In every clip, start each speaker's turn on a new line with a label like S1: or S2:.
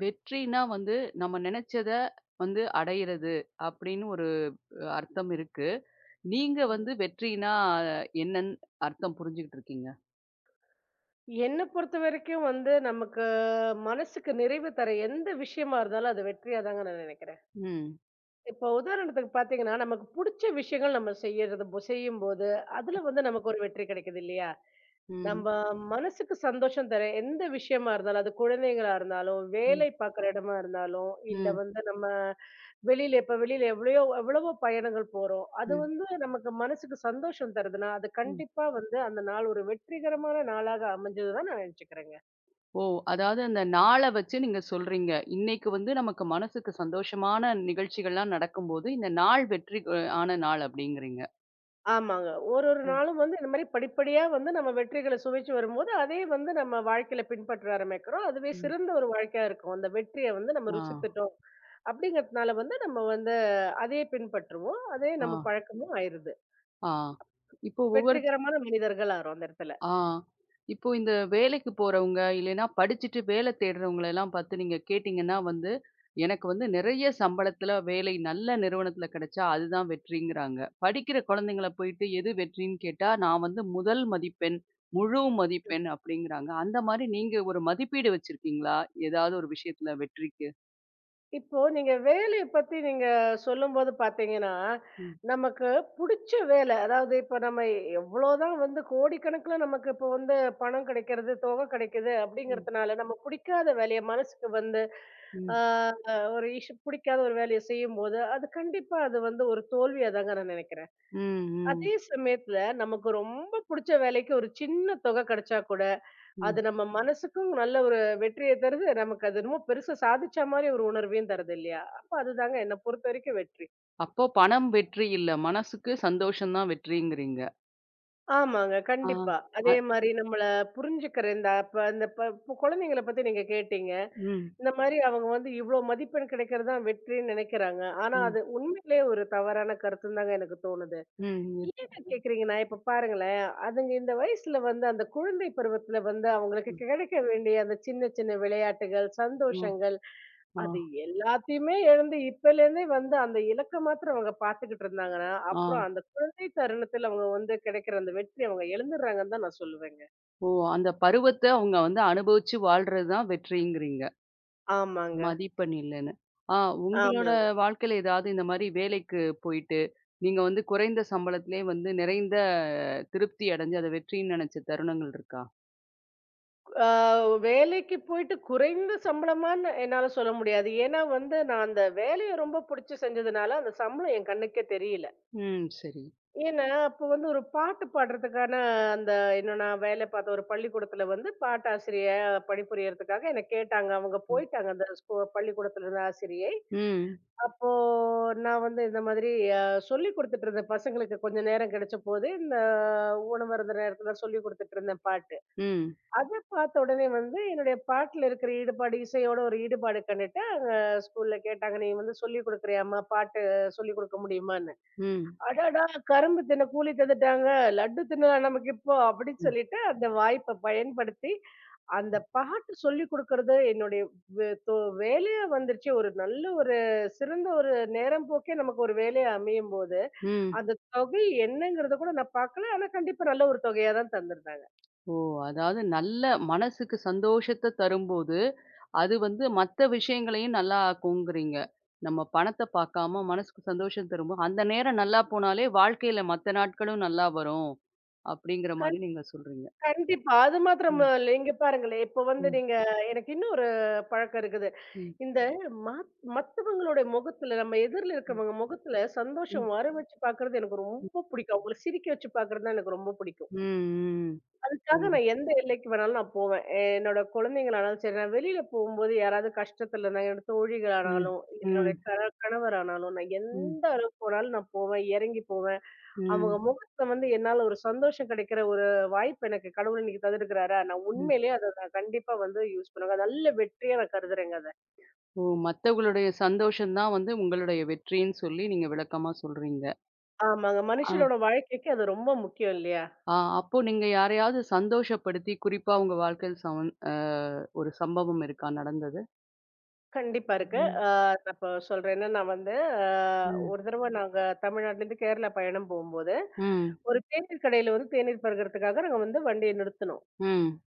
S1: வெற்றினா வந்து நம்ம நினைச்சத வந்து அடையிறது அப்படின்னு ஒரு அர்த்தம் இருக்கு. நீங்க
S2: ம்.
S1: வந்து வெற்றினா என்னன்னு அர்த்தம் புரிஞ்சுகிட்டு இருக்கீங்க?
S2: என்ன பொறுத்தவரைக்கும் வந்து நமக்கு மனசுக்கு நிறைவு தர எந்த விஷயமா இருந்தாலும் அது வெற்றியா தாங்க நான் நினைக்கிறேன்.
S1: ம்.
S2: இப்போ உதாரணத்துக்கு பார்த்தீங்கன்னா, நமக்கு புடிச்ச விஷயங்கள் நம்ம செய்யறது செய்யும்போது, அதுல வந்து நமக்கு ஒரு வெற்றி கிடைக்குது இல்லையா?
S1: ம்.
S2: நம்ப மனசுக்கு சந்தோஷம் தர எந்த விஷயமா இருந்தாலும், அது குழந்தைங்களா இருந்தாலும்,
S1: ம்.
S2: வேலை பார்க்குற இடமா இருந்தாலும், இல்ல
S1: ம்.
S2: வந்து நம்ம வெளியில இப்ப வெளியில எவ்வளவோ பயணங்கள் போறோம். அது
S1: ம்.
S2: வந்து நமக்கு மனசுக்கு சந்தோஷம் தருதுன்னா, அது
S1: ம்.
S2: கண்டிப்பா வந்து அந்த நாள் ஒரு வெற்றிகரமான நாளாக அமைஞ்சதுதான் நான் நினைச்சுக்கிறேங்க.
S1: ஓ! அதாவது அந்த நாள வச்சு நீங்க சொல்றீங்க. இன்னைக்கு வந்து நமக்கு மனசுக்கு சந்தோஷமான நிகழ்ச்சிகள்லாம் நடக்கும்போது, இந்த நாள் வெற்றி ஆன நாள் அப்படிங்கிறீங்க.
S2: ஆமாங்க. ஒரு ஒரு
S1: அ.
S2: நாளும் வந்து இந்த மாரி படிப்படியா வந்து நம்ம வெற்றிகள சுவைச்சு வரும்போது, அதே வந்து நம்ம வாழ்க்கையில பின்பற்ற ஆரம்பிக்கிறோம். அதுவே
S1: ம்.
S2: சிறந்த ஒரு வாழ்க்கையா இருக்கும். அந்த வெற்றிய வந்து நம்ம
S1: ஆ.
S2: ருசித்துட்டோம் அப்படிங்கிறதுனால வந்து நம்ம வந்து அதையே பின்பற்றுவோம். அதே
S1: ஆ.
S2: நம்ம பழக்கமும் ஆயிருது.
S1: ஆ. இப்போ ஒவ்வொரு
S2: வெற்றிகரமான மனிதர்கள் ஆறோம் அந்த இடத்துல.
S1: ஆ. இப்போ இந்த வேலைக்கு போறவங்க, இல்லைன்னா படிச்சுட்டு வேலை தேடுறவங்கள எல்லாம் பார்த்து நீங்க கேட்டீங்கன்னா வந்து, எனக்கு வந்து நிறைய சம்பளத்துல வேலை நல்ல நிறுவனத்துல கிடைச்சா அதுதான் வெற்றிங்கிறாங்க. படிக்கிற குழந்தைங்கள போயிட்டு எது வெற்றின்னு கேட்டா, நான் வந்து முதல் மதிப்பெண், முழு மதிப்பெண் அப்படிங்கிறாங்க. அந்த மாரி நீங்க ஒரு மதிப்பீடு வச்சிருக்கீங்களா? ஏதாவது ஒரு விஷயத்துல வெற்றிக்கு?
S2: இப்போ நீங்க வேலைய பத்தி நீங்க சொல்லும்போது பார்த்தீங்கன்னா,
S1: ம்.
S2: நமக்கு புடிச்ச வேலை அதாவது இப்ப நம்ம எவ்வளோதான் வந்து கோடிக்கணக்குல நமக்கு இப்போ வந்து பணம் கிடைக்கிறது, தொகை கிடைக்குது
S1: ம்,
S2: அப்படிங்கிறதுனால நம்ம புடிக்காத வேலைய மனசுக்கு வந்து
S1: ம்.
S2: ஆ ஒரு இஷு புடிக்காத ஒரு வேலைய செய்யும்போது, அது கண்டிப்பா அது வந்து ஒரு தோல்வியா தாங்க நான் நெனைக்கிறேன்.
S1: ம்,
S2: அதே
S1: ம்,
S2: சமயத்துல நமக்கு ரொம்ப புடிச்ச வேலைக்கு ஒரு சின்ன தொகை கிடைச்சா கூட, அது
S1: ம்.
S2: நம்ம மனசுக்கும் நல்ல ஒரு வெற்றிய தருது. நமக்கு அது என்னமோ பெருசா சாதிச்ச மாரி ஒரு உணர்வையும் தருது இல்லையா? அப்ப அதுதாங்க என்ன பொறுத்த வரைக்கும் வெற்றி.
S1: அப்போ பணம் வெற்றி இல்ல. மனசுக்கு சந்தோஷம் தான் வெற்றிங்கிறீங்க.
S2: ஆமாங்க.
S1: ஆ.
S2: கண்டிப்பா.
S1: அ
S2: அதே மாரி நம்மள புரிஞ்சுக்கிற இந்த அப்ப அந்த இப்ப குழந்தைங்கள பத்தி நீங்க கேட்டீங்க.
S1: ம்.
S2: இந்த மாரி அவங்க வந்து இவ்ளோ மதிப்பெண் கிடைக்கிறது தான் வெற்றின்னு நெனைக்கிறாங்க. ஆனா
S1: ம்.
S2: அது உண்மையிலேயே ஒரு தவறான கருத்துன்னு தாங்க எனக்கு தோணுது.
S1: ம்.
S2: ஏங்க கேக்குறீங்கன்னா, இப்ப பாருங்களேன், அதுங்க இந்த வயசுல வந்து அந்த குழந்தை பருவத்துல வந்து அவங்களுக்கு கிடைக்க வேண்டிய அந்த சின்ன சின்ன விளையாட்டுகள்,
S1: ம்.
S2: சந்தோஷங்கள்,
S1: ஆ, ஆ,
S2: அது எல்லாத்தையுமே இழந்து இப்பலேருந்தே வந்து அந்த இலக்க மாத்திரம் அவங்க பார்த்துக்கிட்டு இருந்தாங்கன்னா,
S1: ஆ.
S2: அப்புறம் அந்த குழந்தை தருணத்துல அவங்க வந்து கிடைக்கிற அந்த வெற்றி அவங்க இழந்துடுறாங்கன்னு தான் நான் சொல்லுவேங்க.
S1: ஓ! அந்த பருவத்த அவங்க வந்து அனுபவிச்சு வாழ்றது தான் வெற்றிங்கிறீங்க.
S2: ஆமாங்க,
S1: மதிப்பெண் இல்லன்னு. ஆ உங்களோட
S2: ஆமாங்க.
S1: வாழ்க்கையில ஏதாவது இந்த மாரி வேலைக்கு போயிட்டு, நீங்க வந்து குறைந்த சம்பளத்திலே வந்து நிறைந்த திருப்தி அடைஞ்சு, அத வெற்றின்னு நெனைச்ச தருணங்கள் இருக்கா?
S2: ஆ வேலைக்கு போயிட்டு குறைந்த சம்பளமான்னு என்னால சொல்ல முடியாது. ஏன்னா வந்து நான் அந்த வேலைய ரொம்ப புடிச்சு செஞ்சதுனால, அந்த சம்பளம் என் கண்ணுக்கே தெரியல.
S1: ம். சரி.
S2: ஏன்னா, அப்போ வந்து ஒரு பாட்டு பாடுறதுக்கான அந்த இன்னும் நான் வேலை பார்த்த ஒரு பள்ளிக்கூடத்துல வந்து பாட்டாசிரியை பணிபுரியறதுக்காக என்ன கேட்டாங்க. அவங்க
S1: ம்.
S2: போயிட்டாங்க அந்த பள்ளிக்கூடத்துல இருந்த ஆசிரியை.
S1: ம்.
S2: அப்போ நான் வந்து இந்த மாதிரி அ சொல்லிக் குடுத்துட்டு இருந்தேன் பசங்களுக்கு கொஞ்சம் நேரம் கிடைச்சபோது, இந்த உணவருந்த நேரத்துல சொல்லிக் குடுத்துட்டு இருந்தேன் பாட்டு.
S1: ம்.
S2: அத பார்த்த உடனே வந்து என்னுடைய பாட்டுல இருக்கிற ஈடுபாடு, இசையோட ஒரு ஈடுபாடு கண்டுட்டு, அங்க ஸ்கூல்ல கேட்டாங்க, "நீ வந்து சொல்லிக் குடுக்குறியாம்மா? பாட்டு சொல்லிக் குடுக்க முடியுமான்னு?"
S1: ம்.
S2: அடடா! கரும்பு தின்ன கூலி தந்துட்டாங்க. லட்டு தின்னலாம் நமக்கு இப்போ அப்படின்னு சொல்லிட்டு அந்த வாய்ப்ப பயன்படுத்தி, அந்த பாட்டு சொல்லிக் குடுக்கறது என்னுடைய வே தொ வேலையா வந்துருச்சு. ஒரு நல்ல ஒரு சிறந்த ஒரு நேரம் போக்கே நமக்கு ஒரு வேலையா அமையும்போது,
S1: ம்.
S2: அந்த தொகை என்னங்கிறத கூட நான் பார்க்கல. ஆனா கண்டிப்பா நல்ல ஒரு தொகையா தான் தந்திருந்தாங்க.
S1: ஓ! அதாவது நல்ல மனசுக்கு சந்தோஷத்த தரும்போது அது வந்து மத்த விஷயங்களையும் நல்லா ஆக்குங்கிறீங்க. நம்ம பணத்த பார்க்காம மனசுக்கு சந்தோஷம் தரும்போது, அந்த நேரம் நல்லா போனாலே வாழ்க்கையில மத்த நாட்களும் நல்லா வரும். அப்படிங்கிற மாரி நீங்க சொல்றீங்க.
S2: கண்டிப்பா. அது மாத்திரம்
S1: ம்,
S2: இல்ல. இங்க பாருங்களேன், இப்போ வந்து
S1: ம்,
S2: நீங்க எனக்கு இன்னொரு பழக்கம் இருக்குது.
S1: ம்,
S2: இந்த மத்தவங்களுடைய முகத்துல நம்ம எதிர்ல
S1: ம்,
S2: இருக்கவங்க முகத்துல
S1: ம், ம்,
S2: சந்தோஷம் வர வச்சு பார்க்கறது எனக்கு ரொம்ப பிடிக்கும். அவங்கள சிரிக்க வச்சு பார்க்கறது தான் எனக்கு ரொம்ப பிடிக்கும்.
S1: ம், ம்.
S2: அதுக்காக
S1: புரியுது.
S2: நான் எந்த எல்லைக்கு வேணாலும் நான் போவேன். என்னோட குழந்தைங்களானாலும் சரி, நான் வெளியில போகும்போது யாராவது கஷ்டத்துல இருந்தாங்க, என்னோட
S1: ம்,
S2: தோழிகளானாலும், இல்ல
S1: ம்,
S2: என்னுடைய கணவரானாலும், நான்
S1: ம்,
S2: எந்த அளவுக்கு போனாலும் நான் போவேன். இறங்கி போவேன். அவங்க
S1: ம்,
S2: முகத்துல வந்து என்னால ஒரு சந்தோஷம் கிடைக்கிற ஒரு வாய்ப்பு எனக்கு கடவுள் இன்னைக்கு தந்திருக்கிறாரா, நான்
S1: ம்.
S2: உண்மையிலேயே அத நான் கண்டிப்பா வந்து யூஸ் பண்ணுவேன். அது நல்ல வெற்றியா நான் கருதுறேங்க அத.
S1: ஓ! மத்தவங்களுடைய சந்தோஷம் தான் வந்து உங்களுடைய வெற்றின்னு சொல்லி நீங்க விளக்கமா சொல்றீங்க.
S2: ஆமாங்க.
S1: ஆ,
S2: மனுஷனோட வாழ்க்கைக்கு அது ரொம்ப முக்கியம் இல்லையா?
S1: ஆ அப்போ நீங்க யாரையாவது சந்தோஷப்படுத்தி குறிப்பா உங்க வாழ்க்கையில் சமன் அ ஒரு சம்பவம் இருக்கா நடந்தது?
S2: கண்டிப்பா இருக்கு.
S1: ம்,
S2: நான் இப்ப சொல்றேன். என்னன்னா வந்து அ
S1: ம்.
S2: ஒரு தடவ நாங்க தமிழ்நாட்டுலேருந்து கேரளா பயணம் போம்போது,
S1: ம்,
S2: ஒரு தேநீர் கடையில வந்து தேநீர் பருகுறதுக்காக நாங்க வந்து வண்டிய நிறுத்துனோம்.
S1: ம்,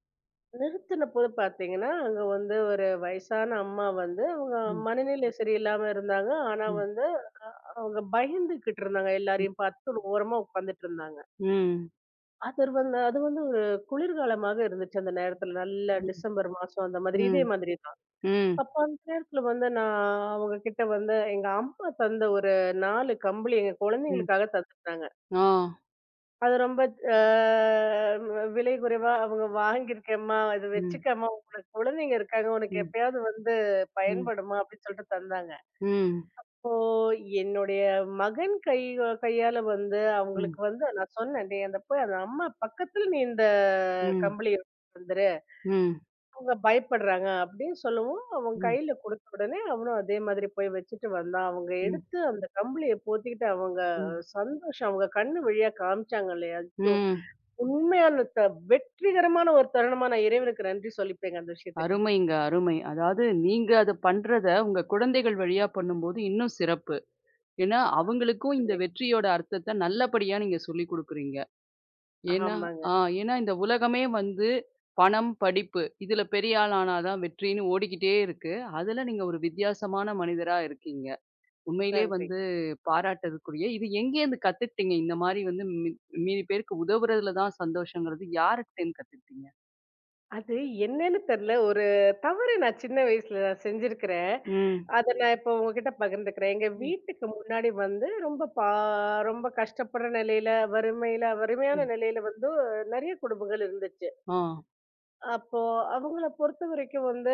S2: நிறுத்தினபோது பார்த்தீங்கன்னா, அங்க வந்து ஒரு வயசான அம்மா வந்து அவங்க
S1: ம்,
S2: மனநிலை சரியில்லாம இருந்தாங்க. ஆனா
S1: ம்,
S2: வந்து அவங்க பயந்துகிட்டு இருந்தாங்க.
S1: ம்,
S2: எல்லாரையும் பார்த்து ஒரு ஓரமா உட்கார்ந்துட்டு இருந்தாங்க.
S1: ம்,
S2: அது வந்து ஒரு குளிர்காலமாக இருந்துச்சு அந்த நேரத்துல. நல்ல டிசம்பர் மாசம் அந்த மாதிரி
S1: ம்,
S2: இதே மாதிரி தான்.
S1: ம்,
S2: அப்ப அந்த நேரத்துல வந்து நான் அவங்க கிட்ட வந்து எங்க அம்மா தந்த ஒரு 4 கம்பளி எங்க
S1: ம்.
S2: குழந்தைங்களுக்காக தந்துருந்தாங்க.
S1: ஓ!
S2: அது ரொம்ப அ விலை குறைவா அவங்க வாங்கியிருக்கேம்மா, இது
S1: ம்,
S2: வச்சுக்கம்மா உனக்கு குழந்தைங்க இருக்காங்க. உனக்கு
S1: ம்,
S2: எப்பயாவது வந்து
S1: ம்,
S2: பயன்படுமா அப்படின்னு சொல்லிட்டு தந்தாங்க.
S1: ம்,
S2: இப்போ என்னுடைய மகன் கையால வந்து
S1: ம்,
S2: அவங்களுக்கு வந்து நான் சொன்னேன் டேய் அந்த போய் அந்த அம்மா பக்கத்துல நீ இந்த
S1: ம்,
S2: கம்பளி எடுத்துட்டு வந்துரு
S1: ம்,
S2: அவங்க பயப்படுறாங்க அப்படின்னு சொல்லவும் அவன்
S1: ம்,
S2: கையில கொடுத்த உடனே அவனும் அதே மாதிரி போய் வச்சுட்டு வந்தான் அவங்க
S1: ம்,
S2: எடுத்து அந்த கம்பளியை போத்திக்கிட்டு அவங்க
S1: ம்,
S2: சந்தோஷம் அவங்க கண்ணு வழியா காமிச்சாங்க இல்லையா ஐயோ,
S1: ம்.
S2: உண்மையான வெற்றிகரமான ஒரு தருணமா நான் இறைவனுக்கு நன்றி சொல்லிப்பேங்க அந்த விஷயத்துக்கு
S1: அருமைங்க, அருமை. அதாவது நீங்க அத பண்றத உங்க குழந்தைகள் வழியா பண்ணும்போது இன்னும் சிறப்பு. ஏன்னா, அவங்களுக்கும் இந்த வெற்றியோட அர்த்தத்த நல்லபடியா நீங்க சொல்லிக் குடுக்குறீங்க. ஏன்னா
S2: ஆமாங்க
S1: ஆ ஏன்னா இந்த உலகமே வந்து பணம், படிப்பு இதுல பெரிய ஆள் ஆனா தான் வெற்றின்னு ஓடிக்கிட்டே இருக்கு. அதுல நீங்க ஒரு வித்தியாசமான மனிதரா இருக்கீங்க. உண்மையிலே
S2: நன்றி
S1: வந்து பாராட்டதுக்குரிய. இது எங்கேருந்து கத்துக்கிட்டீங்க? இந்த மாரி வந்து மீதி பேருக்கு உதவுறதுல தான் சந்தோஷங்கிறது யார்கிட்டேருந்து கத்துக்கிட்டீங்க?
S2: அது என்னன்னு தெரியல ஒரு தவறு நான் சின்ன வயசுல நான் செஞ்சிருக்கிறேன்
S1: ம்.
S2: அத நான் இப்போ உங்ககிட்ட பகிர்ந்துக்கிறேன். எங்க
S1: ம்.
S2: வீட்டுக்கு முன்னாடி வந்து ரொம்ப கஷ்டப்படுற நிலையில, வறுமையான
S1: ம்.
S2: நிலையில வந்து நெறைய குடும்பங்கள் இருந்துச்சு.
S1: ஆ,
S2: அப்போ அவங்கள பொறுத்தவரைக்கும் வந்து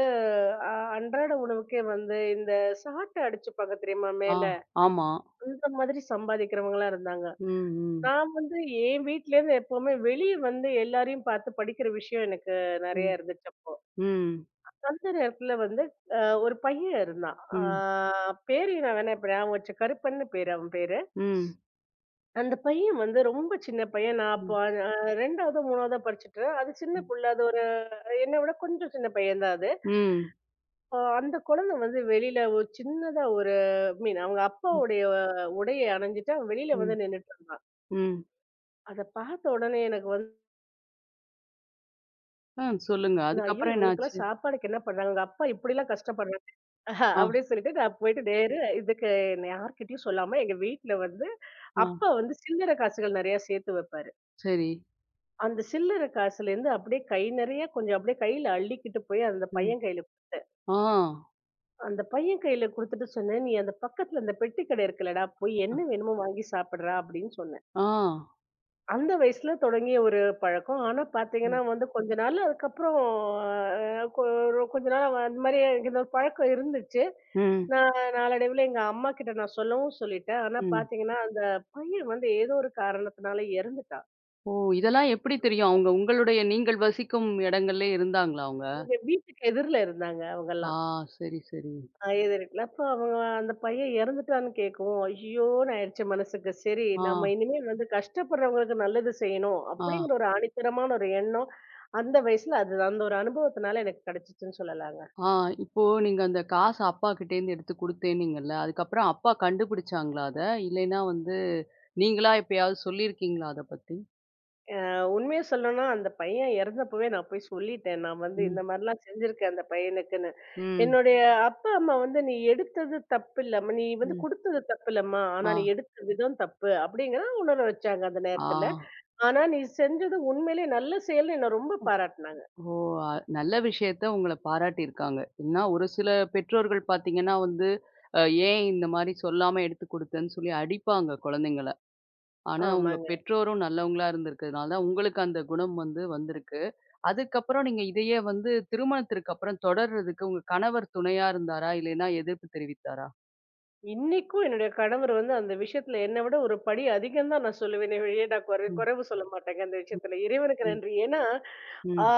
S2: அ அன்றாட உணவுக்கே வந்து இந்த சாட்ட அடிச்சுப்பாங்க தெரியுமா
S1: ஆ,
S2: மேல?
S1: ஆமா.
S2: அந்த மாதிரி சம்பாதிக்கிறவங்களா இருந்தாங்க.
S1: ம், ம்.
S2: நான் வந்து என் வீட்லேருந்து எப்பவுமே வெளிய வந்து எல்லாரையும் பார்த்து படிக்கிற விஷயம் எனக்கு
S1: ம்.
S2: நெறைய இருந்துச்சு அப்போ.
S1: ம்.
S2: அந்த நேரத்துல வந்து அ ஒரு பையன் இருந்தான்.
S1: ம்.
S2: பேரு நான் வேணா இப்ப ஞாபகம் வச்சு கருப்பன்னு பேரு அவன் பேரு.
S1: ம்.
S2: அந்த பையன் வந்து ரொம்ப சின்ன பையன். நான் அப்போ
S1: ம்.
S2: 2வதோ, 3வதோ படிச்சுட்டு அது சின்ன
S1: ம்.
S2: புள்ள. அது ஒரு என்ன விட கொஞ்சம் சின்ன பையன் தான் அது.
S1: ம்.
S2: அந்த குழந்தை வந்து வெளியில ஒரு சின்னதா ஒரு மீன் அவங்க
S1: ம்.
S2: அப்பாவுடைய உடைய அணிஞ்சுட்டு அவன் வெளியில
S1: ம்.
S2: வந்து நின்னுட்டு இருந்தான்.
S1: ம்.
S2: அத பார்த்த உடனே எனக்கு வந்து,
S1: ஆ சொல்லுங்க.
S2: "ஐயோ!
S1: அதுக்கப்புறம் என்னாச்சு?
S2: இவங்களுக்கெல்லாம் சாப்பாடுக்கு என்ன பண்றாங்க? அவங்க அப்பா இப்படிலாம் கஷ்டப்படுறாங்க." ஆஹா,
S1: ஆ,
S2: அப்படின்னு சொல்லிட்டு நான் போயிட்டு நேரு இதுக்கு நான் யார்கிட்டயும் சொல்லாம எங்க வீட்ல வந்து அப்பா
S1: ஆ.
S2: வந்து சில்லறை காசுகள் நிறைய சேர்த்து வைப்பாரு.
S1: சரி.
S2: அந்த சில்லறை காசுல இருந்து அப்படியே கை நிறைய கொஞ்சம் அப்படியே கையில அள்ளிக்கிட்டு போய் அந்த
S1: ம்.
S2: பையன் கையில குடுத்தேன்.
S1: ஆ.
S2: அந்த பையன் கையில குடுத்துட்டு சொன்னேன், "நீ அந்த பக்கத்துல அந்த பெட்டி கடை இருக்குல்லடா, போய் என்ன வேணுமோ வாங்கி சாப்பிடுறா" அப்படின்னு சொன்னேன்.
S1: ஆ.
S2: அந்த வயசுல தொடங்கிய ஒரு பழக்கம். ஆனா பார்த்தீங்கன்னா
S1: ம்.
S2: வந்து கொஞ்ச நாள் அதுக்கப்புறம் அ கொ ஒரு கொஞ்ச நாள் அவ அந்த மாரி எனக்கு இந்த ஒரு பழக்கம் இருந்துச்சு.
S1: ம்.
S2: நான் நாளடைவுல எங்க அம்மா கிட்ட நான் சொல்லவும் சொல்லிட்டேன். ஆனா
S1: ம்.
S2: பார்த்தீங்கன்னா, அந்த பையன் வந்து ஏதோ ஒரு காரணத்தினால இறந்துட்டான்.
S1: ஓ! இதெல்லாம் எப்படி தெரியும்? அவங்க உங்களுடைய நீங்கள் வசிக்கும் இடங்கள்லே இருந்தாங்களா அவங்க?
S2: எங்க வீட்டுக்கு எதிர்ல இருந்தாங்க
S1: ஆ
S2: அவங்கலாம்.
S1: சரி, சரி.
S2: எதிர்க்கல. அப்போ அவங்க அந்த பையன் இறந்துட்டான்னு கேட்கவும், ஐயோன்னு ஆயிடுச்சு மனசுக்கு. சரி
S1: ஆ,
S2: நம்ம இனிமே வந்து கஷ்டப்படுறவங்களுக்கு நல்லது செய்யணும்,
S1: ஆ,
S2: அப்படிங்கிற ஒரு ஆணித்தரமான ஒரு எண்ணம் அந்த வயசுல அது அந்த ஒரு அனுபவத்தினால எனக்கு கிடைச்சுச்சுன்னு சொல்லலாங்க.
S1: ஆ. இப்போ நீங்க அந்த காசு அப்பாகிட்டேருந்து எடுத்து குடுத்தேன்னீங்கல்ல, அதுக்கப்புறம் அப்பா கண்டுபிடிச்சாங்களா அத? இல்லைன்னா வந்து நீங்களா எப்பயாவது சொல்லியிருக்கீங்களா அத பத்தி?
S2: உண்மைய சொல்லணும்னா அந்த பையன் இறந்தப்பவே நான் போய் சொல்லிட்டேன். நான் வந்து இந்த
S1: ம்,
S2: மாரிலாம் செஞ்சிருக்கேன் அந்த பையனுக்குன்னு.
S1: ம்,
S2: என்னுடைய அப்பா, அம்மா வந்து "நீ எடுத்தது தப்பில்லம்மா. நீ வந்து
S1: ம்.
S2: குடுத்தது தப்பில்லம்மா.
S1: ஆ,
S2: ஆனா நீ எடுத்த விதம் தப்பு" அப்படிங்கிறத உணர வச்சாங்க அந்த
S1: ஆ.
S2: நேரத்துல. ஆனா, நீ செஞ்சது உண்மையிலே நல்ல செயல்ன்னு என்ன ரொம்ப பாராட்டுனாங்க.
S1: ஓ! அ நல்ல விஷயத்த உங்கள பாராட்டியிருக்காங்க. ஏன்னா, ஒரு சில பெற்றோர்கள் பார்த்தீங்கன்னா வந்து, அ ஏன் இந்த மாரி சொல்லாம எடுத்து குடுத்தேன்னு சொல்லி அடிப்பாங்க குழந்தைங்கள. ஆனா, உங்க
S2: ஆமாங்க.
S1: பெற்றோரும் நல்லவங்களா இருந்திருக்கிறதுனால தான் உங்களுக்கு அந்த குணம் வந்து வந்திருக்கு. அதுக்கப்புறம் நீங்க இதையே வந்து திருமணத்திற்கு அப்புறம் தொடர்றதுக்கு உங்க கணவர் துணையா இருந்தாரா? இல்லைன்னா எதிர்ப்பு தெரிவித்தாரா?
S2: இன்னைக்கும் என்னுடைய கணவர் வந்து அந்த விஷயத்துல என்ன விட ஒரு படி அதிகம் தான் நான் சொல்லுவேனே ஒழிய, நான்
S1: ம்.
S2: குறைவு சொல்ல மாட்டேங்க அந்த
S1: ம்.
S2: விஷயத்துல. இறைவனுக்கு
S1: ம்.
S2: நன்றி. ஏன்னா, ஆ
S1: ம்.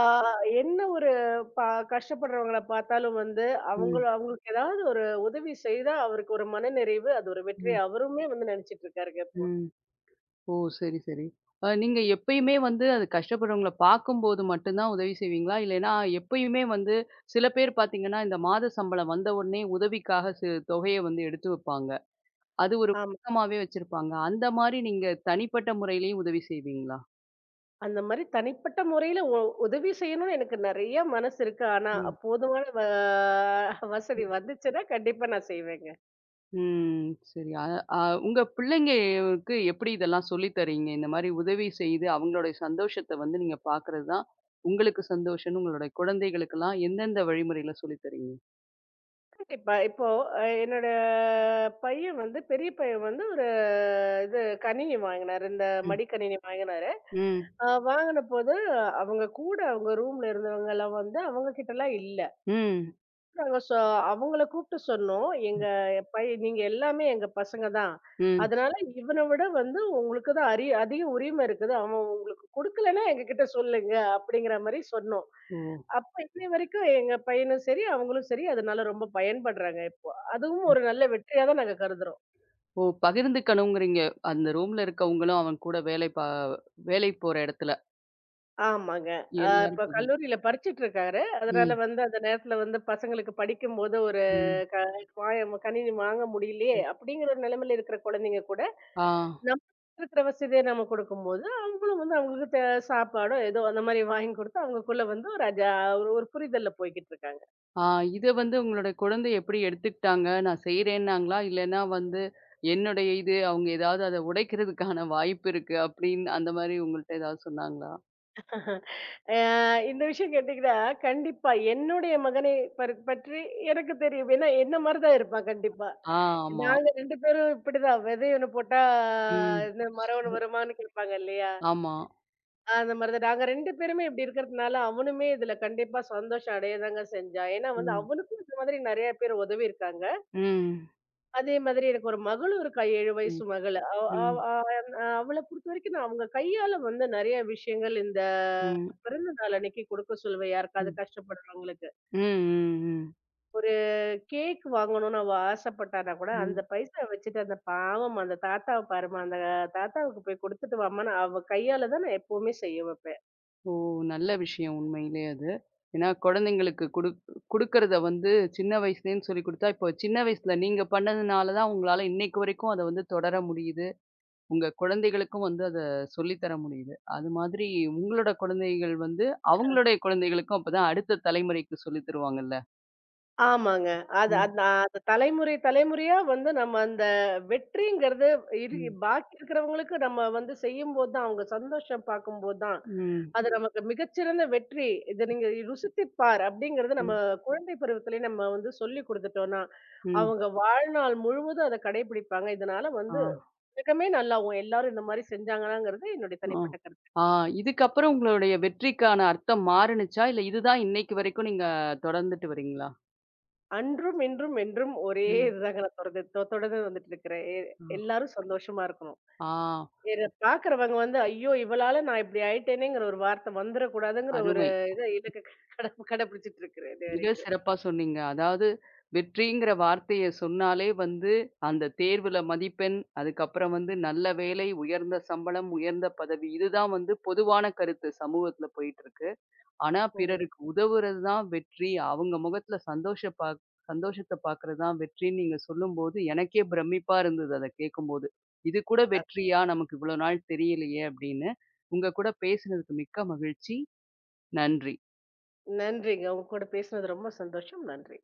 S2: என்ன ஒரு ப கஷ்டப்படுறவங்கள பார்த்தாலும் வந்து, அவங்கள
S1: ம்.
S2: அவங்களுக்கு ஏதாவது ஒரு உதவி செய்தா, அவருக்கு ஒரு மனநிறைவு, அது ஒரு வெற்றி.
S1: ம்.
S2: அவருமே வந்து நினைச்சிட்டு இருக்காருங்க இப்போ.
S1: ம். ஓ! சரி, சரி. அ நீங்க எப்பயுமே வந்து அது கஷ்டப்படுறவங்கள பார்க்கும்போது மட்டும் தான் உதவி செய்வீங்களா? இல்லைன்னா எப்பயுமே வந்து சில பேர் பார்த்தீங்கன்னா, இந்த மாத சம்பளம் வந்த உடனே உதவிக்காக சி தொகைய வந்து எடுத்து வைப்பாங்க. அது ஒரு வழக்கமாவே வச்சிருப்பாங்க. அந்த மாரி நீங்க தனிப்பட்ட முறையிலயும் உதவி செய்வீங்களா?
S2: அந்த மாரி தனிப்பட்ட முறையில உதவி செய்யணும்னு எனக்கு நெறைய மனசு இருக்கு. ஆனா,
S1: ம்.
S2: போதுமான
S1: ம்.
S2: வசதி வந்துச்சுன்னா கண்டிப்பா நான் செய்வேங்க.
S1: ம். சரி. அ அ உங்க பிள்ளைங்களுக்கு எப்படி இதெல்லாம் சொல்லி தர்றீங்க? இந்த மாரி உதவி செய்து அவங்களுடைய சந்தோஷத்த வந்து நீங்க பார்க்கறது தான் உங்களுக்கு சந்தோஷம்ன்னு உங்களுடைய குழந்தைகளுக்கெல்லாம் எந்தெந்த வழிமுறையில சொல்லி தர்றீங்க?
S2: கண்டிப்பா. இப்போ என்னோட பையன் வந்து பெரிய பையன் வந்து ஒரு இது கணினி வாங்குனாரு. இந்த மடிக்கணினி வாங்குனாரு.
S1: ம்.
S2: வாங்குனபோது அவங்க கூட அவங்க ரூம்ல இருந்தவங்கலாம் வந்து அவங்க கிட்டலாம் இல்ல.
S1: ம்.
S2: நாங்க சொ அவங்கள கூப்பிட்டு சொன்னோம். எங்க நீங்க எல்லாமே எங்க பசங்க தான்.
S1: ம்.
S2: அதனால இவன விட வந்து உங்களுக்கு தான் அதிக உரிமை இருக்குது. அவன் உங்களுக்கு குடுக்கலன்னா எங்ககிட்ட சொல்லுங்க அப்படிங்கிற மாரி சொன்னோம்.
S1: ஓ!
S2: அப்ப இன்னை வரைக்கும் எங்க பையனும் சரி, அவங்களும் சரி அதனால ரொம்ப பயன்படுறாங்க இப்போ. அதுவும் ஒரு நல்ல வெற்றியா தான் நாங்க கருதுறோம்.
S1: ஓ! பகிர்ந்துக்கணுங்கிறீங்க. அந்த ரூம்ல இருக்கவங்களும் அவன் கூட வேலைக்கு போற இடத்துல.
S2: ஆமாங்க.
S1: எல்லாரும்
S2: இப்ப
S1: பகிர்ந்து
S2: கல்லூரியில படிச்சுட்டு இருக்காரு. அதனால
S1: ம்.
S2: வந்து அந்த நேரத்துல வந்து பசங்களுக்கு படிக்கும்போது ஒரு
S1: ம்.
S2: க மாயம் கணினி வாங்க முடியலையே
S1: ம்.
S2: அப்படிங்கிற ஒரு நிலைமையில இருக்கிற குழந்தைங்க கூட
S1: ஆ.
S2: நமக்கு இருக்கிற வசதிய நம்ம குடுக்கும்போது, அவங்களும் வந்து அவங்களுக்கு சாப்பாடோ, ஏதோ அந்த மாரி வாங்கி குடுத்து அவங்களுக்குள்ள வந்து ஒரு ஒரு புரிதல்ல போய்க்கிட்டு இருக்காங்க.
S1: ஆ இத வந்து உங்களுடைய குழந்தை எப்படி எடுத்துக்கிட்டாங்க? நான் செய்றேன்னாங்களா? இல்லன்னா வந்து என்னுடைய இது அவங்க ஏதாவது அத உடைக்கிறதுக்கான வாய்ப்பு இருக்கு அப்படின்னு அந்த மாரி உங்கள்ட்ட ஏதாவது சொன்னாங்களா?
S2: அ இந்த விஷயம் கேட்டீங்கன்னா, கண்டிப்பா என்னுடைய மகனை பற்றி எனக்கு தெரியும். ஏன்னா, என்ன மாரி தான் இருப்பான் கண்டிப்பா.
S1: ஆ ஆமா.
S2: நாங்க 2 பேரும் இப்படிதான். விதை ஒண்ணு போட்டா
S1: ம்.
S2: இந்த மரம் ஒண்ணு வருமான்னு கேட்பாங்க இல்லையா?
S1: ஆமா.
S2: அந்த மாரி தான். நாங்க 2 பேருமே இப்படி இருக்கிறதுனால, அவனுமே இதுல கண்டிப்பா சந்தோஷம் அடைய தாங்க செஞ்சான். ஏன்னா வந்து
S1: ம்.
S2: அவனுக்கும் இந்த மாதிரி நெறைய பேர் உதவியிருக்காங்க.
S1: ம்.
S2: அதே மாதிரி எனக்கு ஒரு மகளும் இருக்கா 7
S1: ம்.
S2: வயசு மகள். அவ அவ
S1: ம்.
S2: அ அவள பொறுத்தவரைக்கும் நான் அவங்க கையால வந்து நெறைய விஷயங்கள் இந்த
S1: ம். ம்.
S2: பிறந்த நாள் அன்னைக்கு குடுக்க சொல்லுவேன் யாருக்காவது
S1: ம்.
S2: கஷ்டப்படுறவங்களுக்கு.
S1: ம். ம்.
S2: ஒரு கேக் வாங்கணும்னு அவ ஆசைப்பட்டான்னா கூட,
S1: ம்.
S2: அந்த பைசா வச்சுட்டு அந்த பாவம் அந்த தாத்தாவ பாரும்மா, அந்த தாத்தாவுக்கு போய் குடுத்துட்டு வாம்மான்னு அவ கையால தான் நான் எப்பவுமே செய்ய வைப்பேன்.
S1: ஓ! நல்ல விஷயம் உண்மையிலே அது. ஏன்னா குழந்தைங்களுக்கு குடுக்கிறத வந்து சின்ன வயசுலேன்னு சொல்லிக் குடுத்தா, இப்போ சின்ன வயசுல நீங்க பண்ணதுனால தான் உங்களால இன்னைக்கு வரைக்கும் அத வந்து தொடர முடியுது. உங்க குழந்தைகளுக்கும் வந்து அத சொல்லி தர முடியுது. அது மாதிரி உங்களோட குழந்தைகள் வந்து அவங்களுடைய குழந்தைகளுக்கும் அப்பதான் அடுத்த தலைமுறைக்கு சொல்லி தருவாங்கல்ல.
S2: ஆமாங்க. அது
S1: ம்,
S2: அது அது தலைமுறை தலைமுறையா வந்து நம்ம அந்த வெற்றிங்கிறது இரு
S1: ம்,
S2: பாக்கி இருக்கிறவங்களுக்கு நம்ம வந்து செய்யும்போது தான், அவங்க சந்தோஷம் பார்க்கும்போது தான்,
S1: ம்,
S2: அது நமக்கு மிகச்சிறந்த வெற்றி. இத நீங்க ருசித்துப் பார் அப்படிங்கிறது நம்ம
S1: ம்,
S2: குழந்தை பருவத்திலேயே நம்ம வந்து சொல்லிக் குடுத்துட்டோம்னா,
S1: ம்.
S2: அவங்க வாழ்நாள் முழுவதும் அத கடைபிடிப்பாங்க. இதனால
S1: ஆ,
S2: வந்து உலகமே நல்லாவும் எல்லாரும் இந்த மாரி செஞ்சாங்களாங்கிறது என்னுடைய
S1: ஆ.
S2: தனிப்பட்ட கருத்து.
S1: ஆ இதுக்கப்புறம் உங்களுடைய வெற்றிக்கான அர்த்தம் மாறுனுச்சா? இல்ல இதுதான் இன்னைக்கு வரைக்கும் நீங்க தொடர்ந்துட்டு வரீங்களா?
S2: அன்றும், இன்றும், என்றும் ஒரே
S1: ம்.
S2: இதுதாங்க நான் தொடர்ந்து வந்துட்டு இருக்கிறேன்.
S1: ஆ.
S2: எல்லாரும் சந்தோஷமா இருக்கணும்.
S1: ஆ.
S2: இத பாக்குறவங்க வந்து, ஐயோ! இவளால நான் இப்படி ஆயிட்டேனேங்கிற ஒரு வார்த்தை வந்துரக்கூடாதுங்கிற ஒரு
S1: அருமை.
S2: இத இலக்க கட கடைபிடிச்சிட்டு இருக்கிறேன் இது
S1: மிக
S2: வரைக்கும்.
S1: சிறப்பா சொன்னீங்க. அதாவது வெற்றிங்கிற வார்த்தைய சொன்னாலே வந்து, அந்த தேர்வுல மதிப்பெண், அதுக்கப்புறம் வந்து நல்ல வேலை, உயர்ந்த சம்பளம், உயர்ந்த பதவி இதுதான் வந்து பொதுவான கருத்து சமூகத்துல போயிட்டுருக்கு. ஆனா
S2: ஓ!
S1: பிறருக்கு உதவுறது தான் வெற்றி. அவங்க முகத்துல சந்தோஷத்த பார்க்குறது தான் வெற்றின்னு நீங்க சொல்லும்போது, எனக்கே பிரமிப்பா இருந்தது அத கேட்கும்போது. இது கூட
S2: அ
S1: வெற்றியா? நமக்கு இவ்வளோ நாள் தெரியலையே! அப்படின்னு. உங்க கூட பேசினதுக்கு மிக்க மகிழ்ச்சி. நன்றி.
S2: நன்றிங்க. உங்க கூட பேசுனது ரொம்ப சந்தோஷம். நன்றி.